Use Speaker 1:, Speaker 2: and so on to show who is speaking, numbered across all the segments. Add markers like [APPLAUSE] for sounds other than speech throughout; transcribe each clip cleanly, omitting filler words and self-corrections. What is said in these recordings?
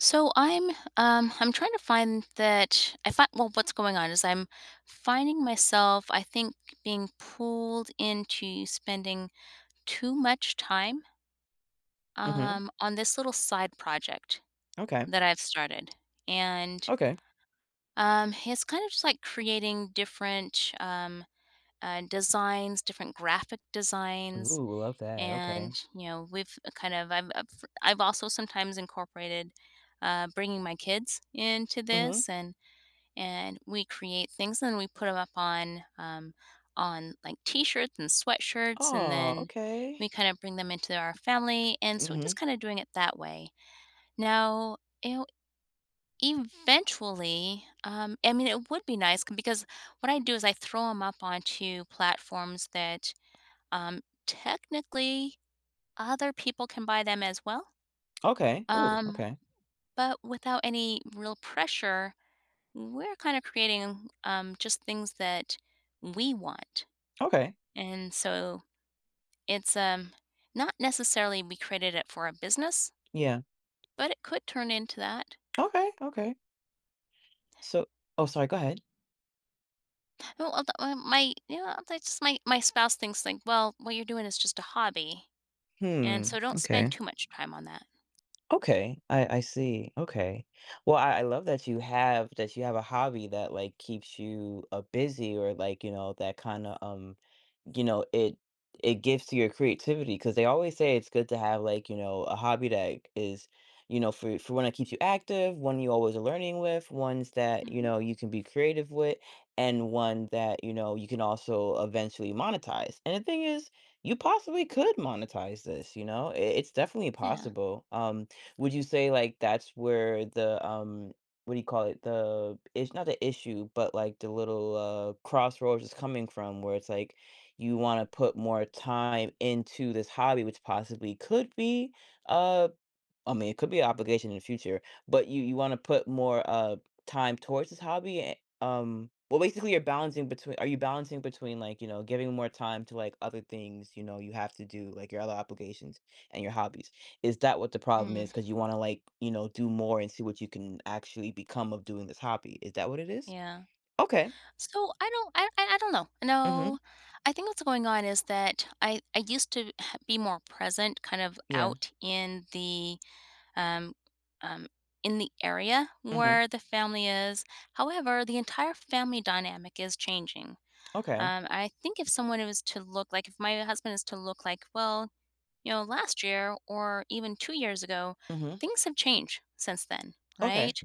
Speaker 1: So I'm trying to find that I find, well, what's going on is I'm finding myself, I think, being pulled into spending too much time
Speaker 2: Mhm.
Speaker 1: on this little side project
Speaker 2: Okay.
Speaker 1: that I've started. and
Speaker 2: Okay.
Speaker 1: um it's kind of just like creating different designs, different graphic designs.
Speaker 2: Ooh, love that. Okay.
Speaker 1: And you know, we've kind of I've also sometimes incorporated bringing my kids into
Speaker 2: Mhm.
Speaker 1: this. And we create things and we put them up on like t-shirts and sweatshirts, and
Speaker 2: Oh,
Speaker 1: then
Speaker 2: okay.
Speaker 1: we kind of bring them into our family, and so we're just
Speaker 2: Mhm.
Speaker 1: kind of doing it that way now. You know, eventually, I mean it would be nice because what I do is I throw them up onto platforms that, um, technically, other people can buy them as well.
Speaker 2: Okay. Ooh,
Speaker 1: um,
Speaker 2: okay.
Speaker 1: but without any real pressure, we're kinda creating, just things that we want.
Speaker 2: Okay.
Speaker 1: And so it's, not necessarily we created it for a business,
Speaker 2: Yeah.
Speaker 1: but it could turn into that.
Speaker 2: Okay. Okay. So, oh, sorry. Go ahead.
Speaker 1: Well, although, that's just my spouse thinks, like, "Well, what you're doing is just a hobby." And
Speaker 2: Hmm.
Speaker 1: so don't spend
Speaker 2: Okay.
Speaker 1: too much time on that.
Speaker 2: Okay, I see, okay. Well, I love that you have a hobby that, like, keeps you, busy or, like, you know, that kinda, you know, it gives to your creativity because they always say it's good to have, like, you know, a hobby that is, you know, for one that keeps you active, one you always are learning with, ones that, you
Speaker 1: Mhm.
Speaker 2: know, you can be creative with, and one that, you know, you can also eventually monetize, and the thing is, you possibly could monetize this, you know? I It's definitely
Speaker 1: Yeah.
Speaker 2: possible, would you say, like, that's where the, what do you call it? The it's not the issue, but like the little crossroads is coming from, where it's like you want to put more time into this hobby, which possibly could be uh, I mean, it could be an obligation in the future, but you wanna put more, time towards this hobby, a well, basically, you're balancing between, like, you know, giving more time to, like, other things, you know, you have to do, like, your other obligations and your hobbies? Is that what the problem
Speaker 1: Mm,
Speaker 2: is? Because you wanna, like, you know, do more and see what you can actually become of doing this hobby. Is that what it is?
Speaker 1: yeah.
Speaker 2: Okay.
Speaker 1: So I don't know.
Speaker 2: Mhm.
Speaker 1: No, I think what's going on is that I used to h be more present, kind of
Speaker 2: Yeah.
Speaker 1: out in the, um, um, in the area
Speaker 2: Mhm.
Speaker 1: where the family is. However, the entire family dynamic is changing.
Speaker 2: Okay.
Speaker 1: I think if someone is to look like, if my husband is to look like, well, you know, last year or even 2 years ago,
Speaker 2: Mhm.
Speaker 1: things have changed since then,
Speaker 2: Okay.
Speaker 1: right?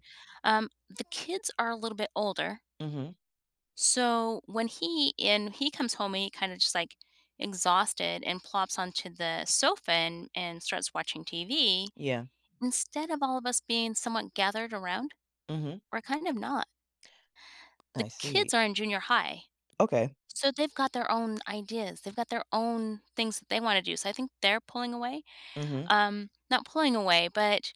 Speaker 1: The kids are a little bit older.
Speaker 2: Mhm.
Speaker 1: So when he comes home, and he kind of just like exhausted and plops onto the sofa and starts watching TV.
Speaker 2: Yeah.
Speaker 1: Instead of all of us being somewhat gathered around,
Speaker 2: Mhm.
Speaker 1: we're kind of not. The
Speaker 2: I
Speaker 1: kids
Speaker 2: see.
Speaker 1: are in junior high,
Speaker 2: Okay.
Speaker 1: so they've got their own ideas. They've got their own things that they wanna do, so I think they're pulling away.
Speaker 2: Mhm.
Speaker 1: Not pulling away, but,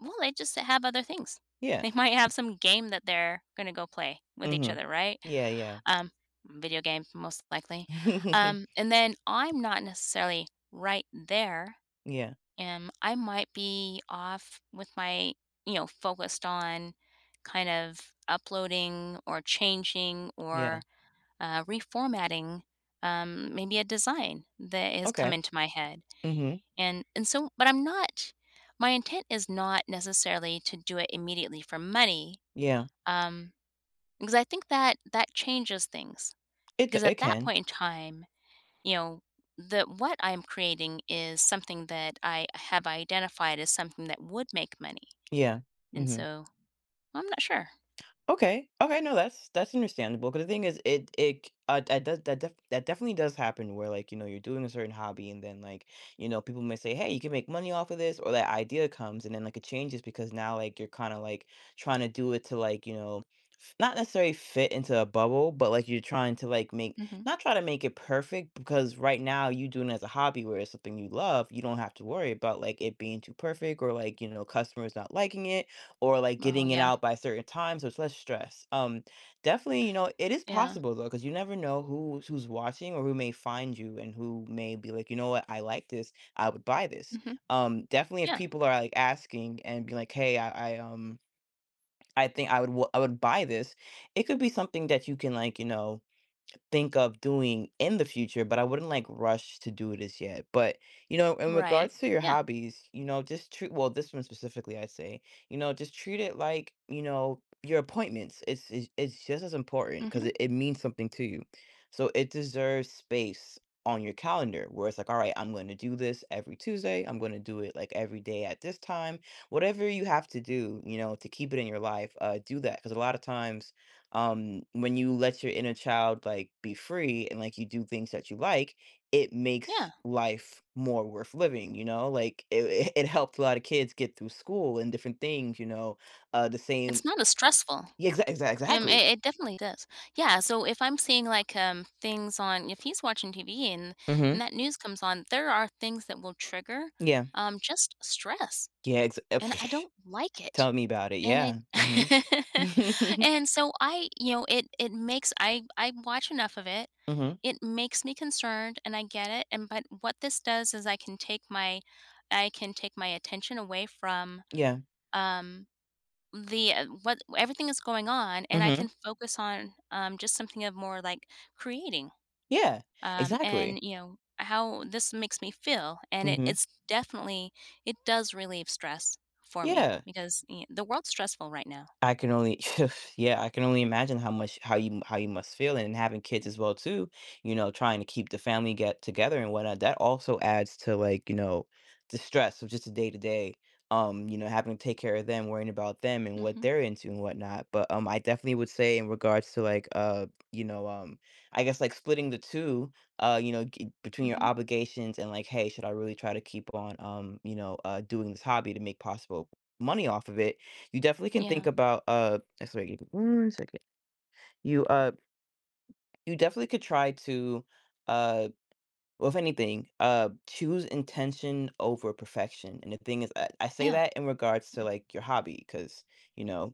Speaker 1: well, they just have other things. [LAUGHS]
Speaker 2: Yeah.
Speaker 1: They might have some game that they're gonna go play with each
Speaker 2: Mhm.
Speaker 1: other, right?
Speaker 2: Yeah, yeah.
Speaker 1: Um, video game, most likely.
Speaker 2: [LAUGHS]
Speaker 1: And then I'm not necessarily right there.
Speaker 2: Yeah,
Speaker 1: Am I might be off with my, you know, focused on kind of uploading or changing or
Speaker 2: yeah.
Speaker 1: reformatting, maybe a design that has come
Speaker 2: Okay.
Speaker 1: into my head.
Speaker 2: Mhm.
Speaker 1: And so, but I'm not. My intent is not necessarily to do it immediately for money,
Speaker 2: Yeah.
Speaker 1: um, because I think that that changes things. Because
Speaker 2: It
Speaker 1: at that
Speaker 2: can.
Speaker 1: point in time, you know, the what I'm creating is something that I have identified as something that would make money,
Speaker 2: Yeah.
Speaker 1: and
Speaker 2: Mhm.
Speaker 1: so I'm not sure.
Speaker 2: Okay. Okay, no, that's understandable. Cause the thing is it it c that does that definitely does happen where, like, you know, you're doing a certain hobby and then, like, you know, people may say, "Hey, you can make money off of this," or that idea comes, and then, like, it changes because now, like, you're kinda, like, trying to do it to, like, you know, not necessarily fit into a bubble, but like you're trying to like make
Speaker 1: Hmm.
Speaker 2: not try to make it perfect because right now you doing it as a hobby where it's something you love, you don't have to worry about like it being too perfect or like, you know, customers not liking it or like
Speaker 1: Oh
Speaker 2: getting it
Speaker 1: yeah.
Speaker 2: out by a certain time. So it's less stress. Definitely, you know, it is
Speaker 1: Yeah.
Speaker 2: possible though, because you never know who's watching or who may find you and who may be like, you know what, I like this, I would buy this.
Speaker 1: Hmm.
Speaker 2: Definitely if
Speaker 1: Yeah.
Speaker 2: people are like asking and be like, hey, I think I would buy this. It could be something that you can, like, you know, think of doing in the future, but I wouldn't like rush to do this yet. But you know, in
Speaker 1: Right.
Speaker 2: regards to your
Speaker 1: Yeah.
Speaker 2: hobbies, you know, just treat well this one specifically, I'd say, you know, just treat it like you know your appointments. It's just as important
Speaker 1: Hmm.
Speaker 2: because it means something to you, so it deserves space on your calendar where it's like, all right, I'm going to do this every Tuesday. I'm going to do it like every day at this time. Whatever you have to do, you know, to keep it in your life, do that because a lot of times when you let your inner child like be free and like you do things that you like it
Speaker 1: Yeah,
Speaker 2: makes life more worth living, you know, like it it helped a lot of kids get through school and different things, you know. The
Speaker 1: it's
Speaker 2: same.
Speaker 1: not as stressful.
Speaker 2: Yeah, exactly.
Speaker 1: It definitely does. Yeah, so if I'm seeing like things on, if he's watching TV, and
Speaker 2: Hmm.
Speaker 1: that news comes on, there are things that will trigger
Speaker 2: Yeah.
Speaker 1: just stress,
Speaker 2: yeah ex- uh,
Speaker 1: and I
Speaker 2: psh,
Speaker 1: don't like it.
Speaker 2: Tell me about it.
Speaker 1: And I
Speaker 2: Yeah. Hmm.
Speaker 1: [LAUGHS] and so I, it makes I watch enough of it.
Speaker 2: Hmm.
Speaker 1: It makes me concerned, and I get it. And, but what this does is I can take my attention away from
Speaker 2: [LAUGHS] Yeah.
Speaker 1: um the what everything is going on, and I
Speaker 2: Hmm.
Speaker 1: can focus on just something of more like creating.
Speaker 2: Yeah.
Speaker 1: And
Speaker 2: Exactly.
Speaker 1: you know how this makes me feel, and
Speaker 2: Hmm.
Speaker 1: it's definitely it does relieve stress for me,
Speaker 2: Yeah,
Speaker 1: because y the world's stressful right now.
Speaker 2: I can only [LAUGHS] yeah, I can only imagine how much how you must feel and having
Speaker 1: Yeah.
Speaker 2: kids as well too, you know, trying to keep the family get together and whatnot. That also adds to like, you know, the stress of just the day to day. You know, having to take care of them, worrying about them and what
Speaker 1: Mm-hmm,
Speaker 2: they're into and whatnot. But I definitely would say in regards to like you know, I guess like splitting the two, you know, between your
Speaker 1: mm-hmm.
Speaker 2: obligations and like, hey, should I really try to keep on you know, doing this hobby to make possible money off of it. You definitely can
Speaker 1: Yeah,
Speaker 2: think about, sorry, give me 1 second. You, uh, you definitely could try to, uh well, if anything, choose intention over perfection. And the thing is, I say
Speaker 1: yeah,
Speaker 2: that in regards to
Speaker 1: yeah.
Speaker 2: like your hobby, because you know,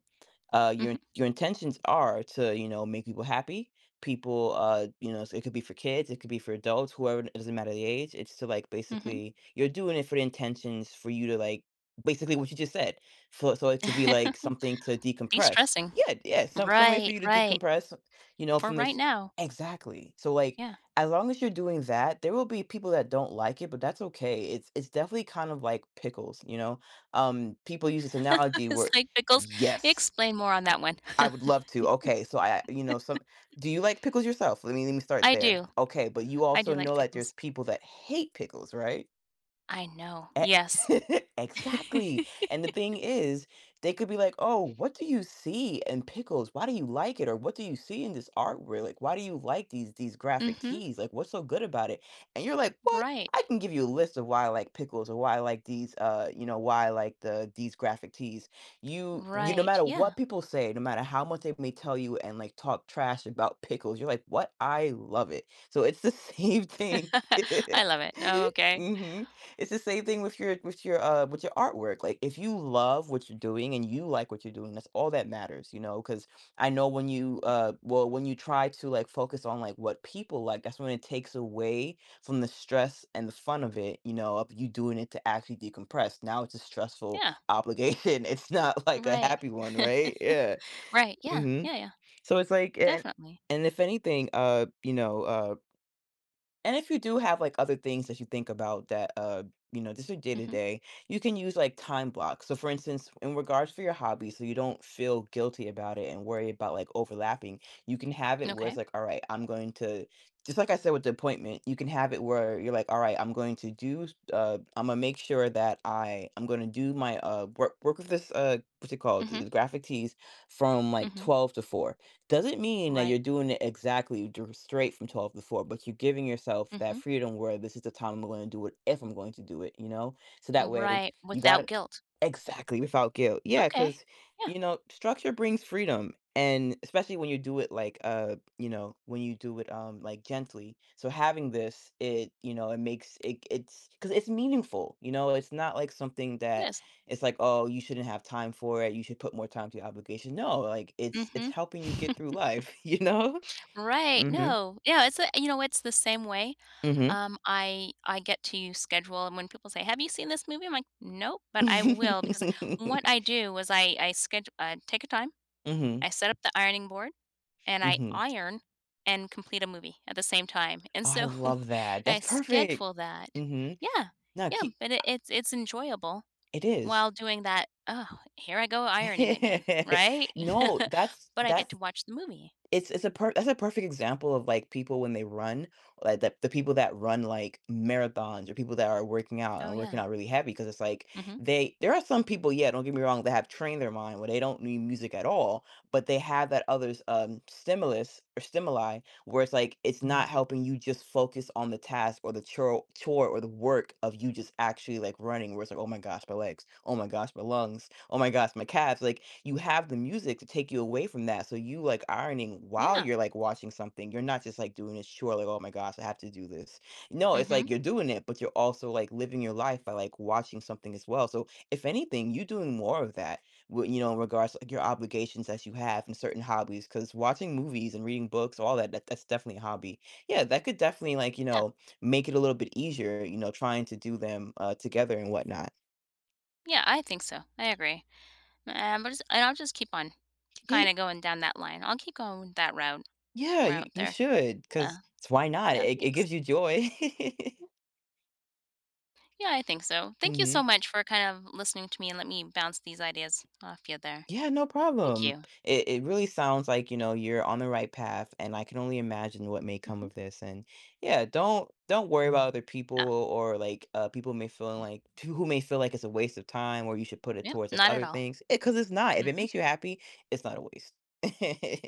Speaker 1: Mm-hmm,
Speaker 2: your intentions are to you know make people happy. People, you know, so it could be for kids, it could be for adults, whoever. It doesn't matter the age. It's to like
Speaker 1: mm-hmm.
Speaker 2: basically you're doing it for the intentions for you to like basically what you just said. So so it could be like
Speaker 1: [LAUGHS]
Speaker 2: something to decompress.
Speaker 1: De-stressing.
Speaker 2: Yeah, yeah, some way for
Speaker 1: Right,
Speaker 2: you to
Speaker 1: right.
Speaker 2: decompress. You know,
Speaker 1: For
Speaker 2: from
Speaker 1: right
Speaker 2: this
Speaker 1: now,
Speaker 2: exactly. So like
Speaker 1: yeah.
Speaker 2: as long as you're doing that, there will be people that don't like it, but that's okay. It's definitely kind of like pickles, you know? People use this
Speaker 1: [LAUGHS]
Speaker 2: analogy
Speaker 1: It's
Speaker 2: where,
Speaker 1: like pickles.
Speaker 2: yes,
Speaker 1: Explain more on that one.
Speaker 2: I would love to. Okay, so you know, some do you like pickles yourself? Let me
Speaker 1: [LAUGHS]
Speaker 2: start
Speaker 1: I
Speaker 2: there.
Speaker 1: do.
Speaker 2: Okay, but you
Speaker 1: I do
Speaker 2: also
Speaker 1: like
Speaker 2: know that there's
Speaker 1: pickles.
Speaker 2: people that hate pickles, right?
Speaker 1: I know,
Speaker 2: E-
Speaker 1: yes. [LAUGHS]
Speaker 2: [LAUGHS] Exactly. And the thing is, they could be like, "Oh, what do you see in pickles? Why do you like it? Or what do you see in this artwork? Like, why do you like these graphic
Speaker 1: Mhm.
Speaker 2: tees? Like, what's so good about it?" And you're like, "What? I
Speaker 1: Right.
Speaker 2: can give you a list of why I like pickles or why I like these you know, why I like these graphic tees." You no
Speaker 1: Right,
Speaker 2: matter
Speaker 1: yeah.
Speaker 2: what people say, no matter how much they may tell you and like talk trash about pickles, you're like, "What? I love it." So it's the [LAUGHS] same thing.
Speaker 1: [LAUGHS] I love
Speaker 2: [LAUGHS]
Speaker 1: it. Oh, okay.
Speaker 2: Hmm. It's the same thing with your with your artwork. Like if you love what you're doing and you like what you're doing, that's all that matters, you know, because I know when you well when you try to like focus on like what people like, that's when it takes away from the stress and the fun of it, you know, of you doing it to actually decompress. Now it's a stressful
Speaker 1: Yeah.
Speaker 2: obligation. [LAUGHS] It's not like a
Speaker 1: Right.
Speaker 2: happy one, right? Yeah.
Speaker 1: Right, yeah.
Speaker 2: Hmm.
Speaker 1: Yeah, yeah.
Speaker 2: So it's like
Speaker 1: Definitely.
Speaker 2: and if anything, you know, And if you do have like other things that you think about that, you know, just your day to
Speaker 1: Mhm.
Speaker 2: day, you can use like time blocks. So, for instance, in regards for your hobby, so you don't feel guilty about it and worry about like overlapping, you can have it where
Speaker 1: Okay.
Speaker 2: it's like, all right, I'm going to, just like I said with the appointment, you can have it where you're like, all right, I'm going to do, I'm gonna make sure that I'm going to do my work work with this what's it called,
Speaker 1: Mhm.
Speaker 2: the graphic tees from like
Speaker 1: Mhm.
Speaker 2: 12 to 4. Doesn't mean that
Speaker 1: Right.
Speaker 2: you're doing it exactly straight from 12 to 4, but you're giving yourself that
Speaker 1: Mhm.
Speaker 2: freedom where this is the time I'm going to do it if I'm going to do it, you know? So that way
Speaker 1: Right,
Speaker 2: you got
Speaker 1: without
Speaker 2: it,
Speaker 1: guilt.
Speaker 2: exactly, without guilt. Yeah,
Speaker 1: Okay.
Speaker 2: because,
Speaker 1: Yeah,
Speaker 2: you know, structure brings freedom. And especially when you do it like, you know, when you do it like gently. So having this, you know, it makes it's because it's meaningful, you know, it's not like something
Speaker 1: it
Speaker 2: that
Speaker 1: is.
Speaker 2: it's like, "Oh, you shouldn't have time for it. You should put more time to your obligation." No, like, it's
Speaker 1: Mhm.
Speaker 2: helping you get through
Speaker 1: [LAUGHS]
Speaker 2: life, [LAUGHS] you know?
Speaker 1: Right,
Speaker 2: Mhm,
Speaker 1: no. Yeah, it's a, you know, it's the same way.
Speaker 2: mhm.
Speaker 1: I get to schedule, and when people say, "Have you seen this movie?" I'm like, "Nope," but I will because what I do is I schedule, take a time,
Speaker 2: Mhm,
Speaker 1: I set up the ironing board, and I
Speaker 2: mhm. [LAUGHS]
Speaker 1: iron and complete a movie at the same time, and
Speaker 2: Oh, I
Speaker 1: so
Speaker 2: love
Speaker 1: [LAUGHS]
Speaker 2: that.
Speaker 1: I
Speaker 2: That's perfect.
Speaker 1: schedule that.
Speaker 2: Mhm.
Speaker 1: Yeah,
Speaker 2: No,
Speaker 1: yeah,
Speaker 2: keep
Speaker 1: but it's enjoyable
Speaker 2: it is.
Speaker 1: while doing that. Oh, here I go ironing again,
Speaker 2: [LAUGHS]
Speaker 1: right? [LAUGHS]
Speaker 2: No,
Speaker 1: But I get
Speaker 2: that's
Speaker 1: to watch the movie.
Speaker 2: it's a per that's a perfect example of, like, people when they run, like, the people that run, like, marathons or people that are working out
Speaker 1: Oh
Speaker 2: and
Speaker 1: yeah.
Speaker 2: working out really heavy, because it's like
Speaker 1: Mhm.
Speaker 2: they there are some people, yeah, don't get me wrong, that have trained their mind where they don't need music at all, but they have that others, stimulus or stimuli where it's like, it's not helping you just focus on the task or the chore or the work of you just actually, like, running where it's like, "Oh my gosh, my legs. Oh my gosh, my lungs. Oh my gosh, my calves." Like you have the music to take you away from that. So you like ironing while
Speaker 1: Yeah.
Speaker 2: you're like watching something. You're not just like doing a chore, like, oh my gosh, I have to do this. No, it's
Speaker 1: Mhm.
Speaker 2: like you're doing it, but you're also like living your life by like watching something as well. So if anything, you doing more of that, you know, in regards to like your obligations that you have and certain hobbies. Cause watching movies and reading books, all that, that's definitely a hobby. Yeah, that could definitely like, you
Speaker 1: Yeah.
Speaker 2: know, make it a little bit easier, you know, trying to do them together and whatnot.
Speaker 1: Yeah, I think so. I agree. And, but it's and I'll just keep on
Speaker 2: Yeah.
Speaker 1: kinda going down that line. I'll keep going that
Speaker 2: Yeah, you
Speaker 1: route
Speaker 2: you
Speaker 1: there.
Speaker 2: should,
Speaker 1: Yeah.
Speaker 2: 'cause it's why not?
Speaker 1: Yeah,
Speaker 2: It
Speaker 1: thanks.
Speaker 2: gives you joy. [LAUGHS]
Speaker 1: Yeah, I think so. Thank you so
Speaker 2: Mhm.
Speaker 1: much for kind of listening to me and let me bounce these ideas off you there.
Speaker 2: Yeah, no
Speaker 1: Thank
Speaker 2: problem.
Speaker 1: you.
Speaker 2: It really sounds like, you know, you're on the right path, and I can only imagine what may come
Speaker 1: Mhm.
Speaker 2: of this. And yeah, don't worry about other people
Speaker 1: Yeah.
Speaker 2: or like people may feel
Speaker 1: Mm.
Speaker 2: like [LAUGHS] who may feel like it's a waste of time or you should put it
Speaker 1: Yep,
Speaker 2: towards like
Speaker 1: not at
Speaker 2: other
Speaker 1: all.
Speaker 2: things. It, cause it's not. If it
Speaker 1: Mhm.
Speaker 2: makes you happy, it's not a waste. [LAUGHS]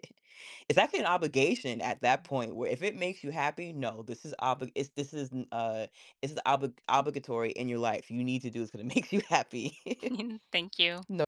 Speaker 2: It's actually an obligation at that point where if it makes you happy, no, this is obli it's it's obligatory in your life. You need to do this because it [LAUGHS] makes you happy.
Speaker 1: [LAUGHS] Thank you.
Speaker 2: [LAUGHS]